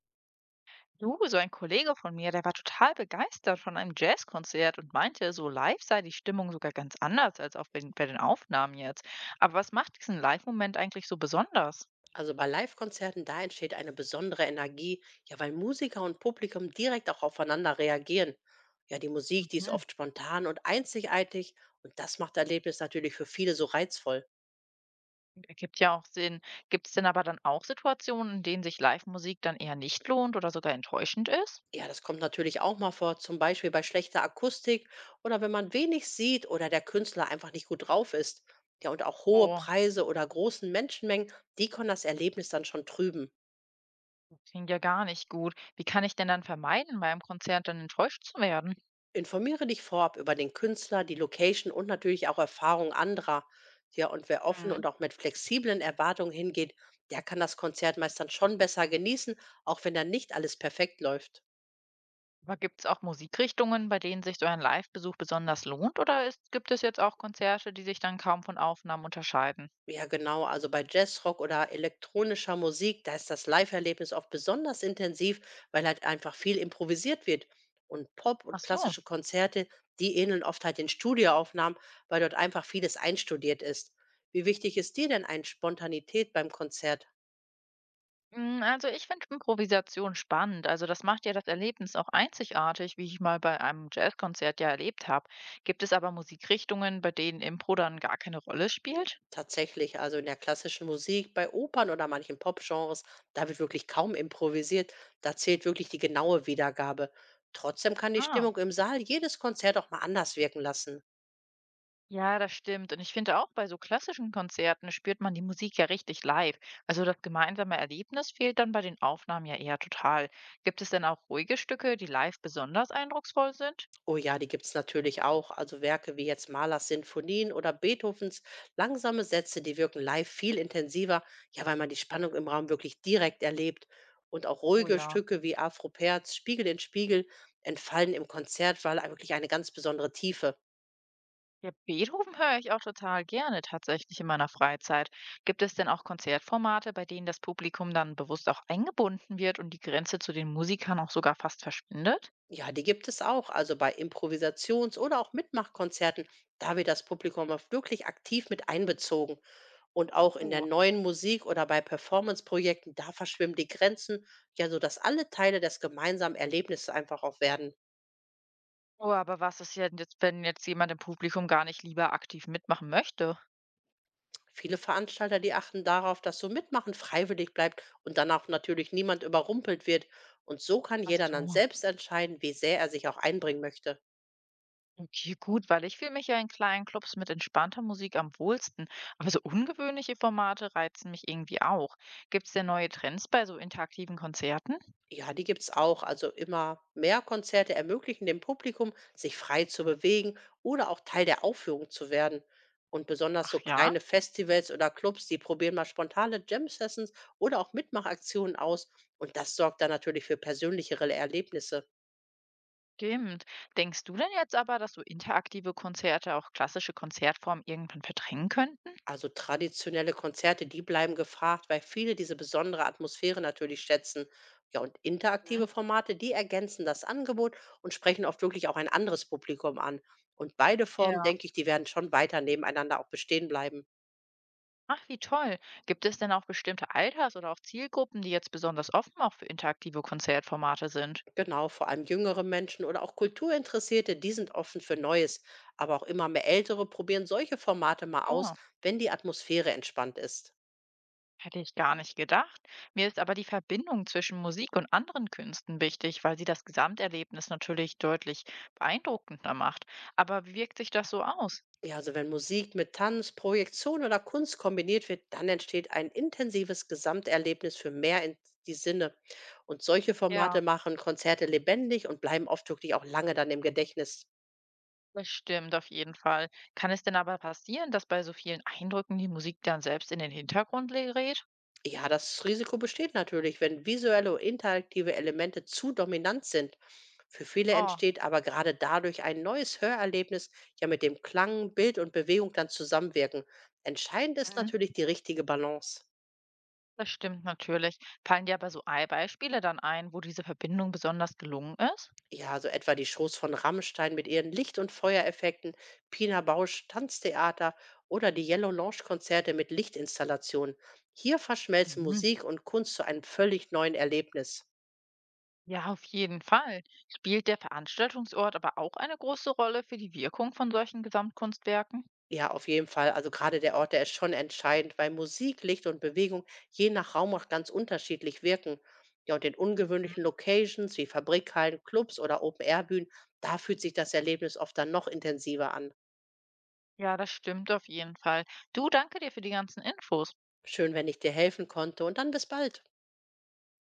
Du, so ein Kollege von mir, der war total begeistert von einem Jazzkonzert und meinte, so live sei die Stimmung sogar ganz anders als auf den, bei den Aufnahmen jetzt. Aber was macht diesen Live-Moment eigentlich so besonders? Also bei Live-Konzerten, da entsteht eine besondere Energie, ja, weil Musiker und Publikum direkt auch aufeinander reagieren. Ja, die Musik, die ist Mhm. oft spontan und einzigartig, und das macht das Erlebnis natürlich für viele so reizvoll. Ergibt ja auch Sinn. Gibt es denn aber dann auch Situationen, in denen sich Live-Musik dann eher nicht lohnt oder sogar enttäuschend ist? Ja, das kommt natürlich auch mal vor, zum Beispiel bei schlechter Akustik oder wenn man wenig sieht oder der Künstler einfach nicht gut drauf ist. Ja, und auch hohe Oh, Preise oder großen Menschenmengen, die können das Erlebnis dann schon trüben. das klingt ja gar nicht gut. Wie kann ich denn dann vermeiden, beim Konzert dann enttäuscht zu werden? Informiere dich vorab über den Künstler, die Location und natürlich auch Erfahrungen anderer. Ja, und wer offen und Mhm. auch mit flexiblen Erwartungen hingeht, der kann das Konzert meist dann schon besser genießen, auch wenn dann nicht alles perfekt läuft. Aber gibt es auch Musikrichtungen, bei denen sich so ein Live-Besuch besonders lohnt, oder gibt es jetzt auch Konzerte, die sich dann kaum von Aufnahmen unterscheiden? Ja, genau. Also bei Jazzrock oder elektronischer Musik, da ist das Live-Erlebnis oft besonders intensiv, weil halt einfach viel improvisiert wird. Und Pop und Ach so. klassische Konzerte, die ähneln oft halt den Studioaufnahmen, weil dort einfach vieles einstudiert ist. Wie wichtig ist dir denn eine Spontanität beim Konzert? Also ich finde Improvisation spannend. Also das macht ja das Erlebnis auch einzigartig, wie ich mal bei einem Jazzkonzert ja erlebt habe. Gibt es aber Musikrichtungen, bei denen Impro dann gar keine Rolle spielt? Tatsächlich, also in der klassischen Musik, bei Opern oder manchen Popgenres, da wird wirklich kaum improvisiert, da zählt wirklich die genaue Wiedergabe. Trotzdem kann die Ah, Stimmung im Saal jedes Konzert auch mal anders wirken lassen. ja, das stimmt. Und ich finde auch bei so klassischen Konzerten spürt man die Musik ja richtig live. Also das gemeinsame Erlebnis fehlt dann bei den Aufnahmen ja eher total. Gibt es denn auch ruhige Stücke, die live besonders eindrucksvoll sind? Oh ja, die gibt's natürlich auch, also Werke wie jetzt Mahlers Sinfonien oder Beethovens langsame Sätze, die wirken live viel intensiver, ja, weil man die Spannung im Raum wirklich direkt erlebt. Und auch Oh ruhige ja. Stücke wie Afro Perz, Spiegel in Spiegel entfallen im Konzert, weil wirklich eine ganz besondere Tiefe. Ja, Beethoven höre ich auch total gerne tatsächlich in meiner Freizeit. Gibt es denn auch Konzertformate, bei denen das Publikum dann bewusst auch eingebunden wird und die Grenze zu den Musikern auch sogar fast verschwindet? Ja, die gibt es auch. Also bei Improvisations- oder auch Mitmachkonzerten, da wird das Publikum oft wirklich aktiv mit einbezogen. Und auch in der Oh. neuen Musik oder bei Performance-Projekten, da verschwimmen die Grenzen, ja, sodass alle Teile des gemeinsamen Erlebnisses einfach auch werden. Oh, aber was ist denn jetzt, wenn jetzt jemand im Publikum gar nicht lieber aktiv mitmachen möchte? Viele Veranstalter, die achten darauf, dass so Mitmachen freiwillig bleibt und dann auch natürlich niemand überrumpelt wird. Und so kann Ach jeder dann so. selbst entscheiden, wie sehr er sich auch einbringen möchte. Okay, gut, weil ich fühle mich ja in kleinen Clubs mit entspannter Musik am wohlsten. Aber so ungewöhnliche Formate reizen mich irgendwie auch. Gibt es denn neue Trends bei so interaktiven Konzerten? Ja, die gibt's auch. Also immer mehr Konzerte ermöglichen dem Publikum, sich frei zu bewegen oder auch Teil der Aufführung zu werden. Und besonders so Ach ja, kleine Festivals oder Clubs, die probieren mal spontane Jam-Sessions oder auch Mitmachaktionen aus. Und das sorgt dann natürlich für persönlichere Erlebnisse. stimmt. Denkst du denn jetzt aber, dass so interaktive Konzerte auch klassische Konzertformen irgendwann verdrängen könnten? Also traditionelle Konzerte, die bleiben gefragt, weil viele diese besondere Atmosphäre natürlich schätzen. Ja, und Hm, interaktive Formate, die ergänzen das Angebot und sprechen oft wirklich auch ein anderes Publikum an. Und beide Formen, ja. denke ich, die werden schon weiter nebeneinander auch bestehen bleiben. Ach, wie toll. Gibt es denn auch bestimmte Alters- oder auch Zielgruppen, die jetzt besonders offen auch für interaktive Konzertformate sind? Genau, vor allem jüngere Menschen oder auch Kulturinteressierte, die sind offen für Neues. Aber auch immer mehr Ältere probieren solche Formate mal aus, Oh. wenn die Atmosphäre entspannt ist. Hätte ich gar nicht gedacht. Mir ist aber die Verbindung zwischen Musik und anderen Künsten wichtig, weil sie das Gesamterlebnis natürlich deutlich beeindruckender macht. Aber wie wirkt sich das so aus? Ja, also wenn Musik mit Tanz, Projektion oder Kunst kombiniert wird, dann entsteht ein intensives Gesamterlebnis für mehr in die Sinne. Und solche Formate Ja, machen Konzerte lebendig und bleiben oft wirklich auch lange dann im Gedächtnis. das stimmt auf jeden Fall. Kann es denn aber passieren, dass bei so vielen Eindrücken die Musik dann selbst in den Hintergrund gerät? Ja, das Risiko besteht natürlich, wenn visuelle und interaktive Elemente zu dominant sind. Für viele Oh, entsteht aber gerade dadurch ein neues Hörerlebnis, ja mit dem Klang, Bild und Bewegung dann zusammenwirken. Entscheidend ist mhm, natürlich die richtige Balance. das stimmt natürlich. Fallen dir aber so Beispiele dann ein, wo diese Verbindung besonders gelungen ist? Ja, so etwa die Shows von Rammstein mit ihren Licht- und Feuereffekten, Pina Bausch Tanztheater oder die Yellow Lounge Konzerte mit Lichtinstallationen. Hier verschmelzen Mhm. Musik und Kunst zu einem völlig neuen Erlebnis. Ja, auf jeden Fall. Spielt der Veranstaltungsort aber auch eine große Rolle für die Wirkung von solchen Gesamtkunstwerken? Ja, auf jeden Fall. Also gerade der Ort, der ist schon entscheidend, weil Musik, Licht und Bewegung je nach Raum auch ganz unterschiedlich wirken. Ja, und in Mhm. ungewöhnlichen Locations wie Fabrikhallen, Clubs oder Open-Air-Bühnen, da fühlt sich das Erlebnis oft dann noch intensiver an. Ja, das stimmt auf jeden Fall. Du, danke dir für die ganzen Infos. Schön, wenn ich dir helfen konnte, und dann bis bald.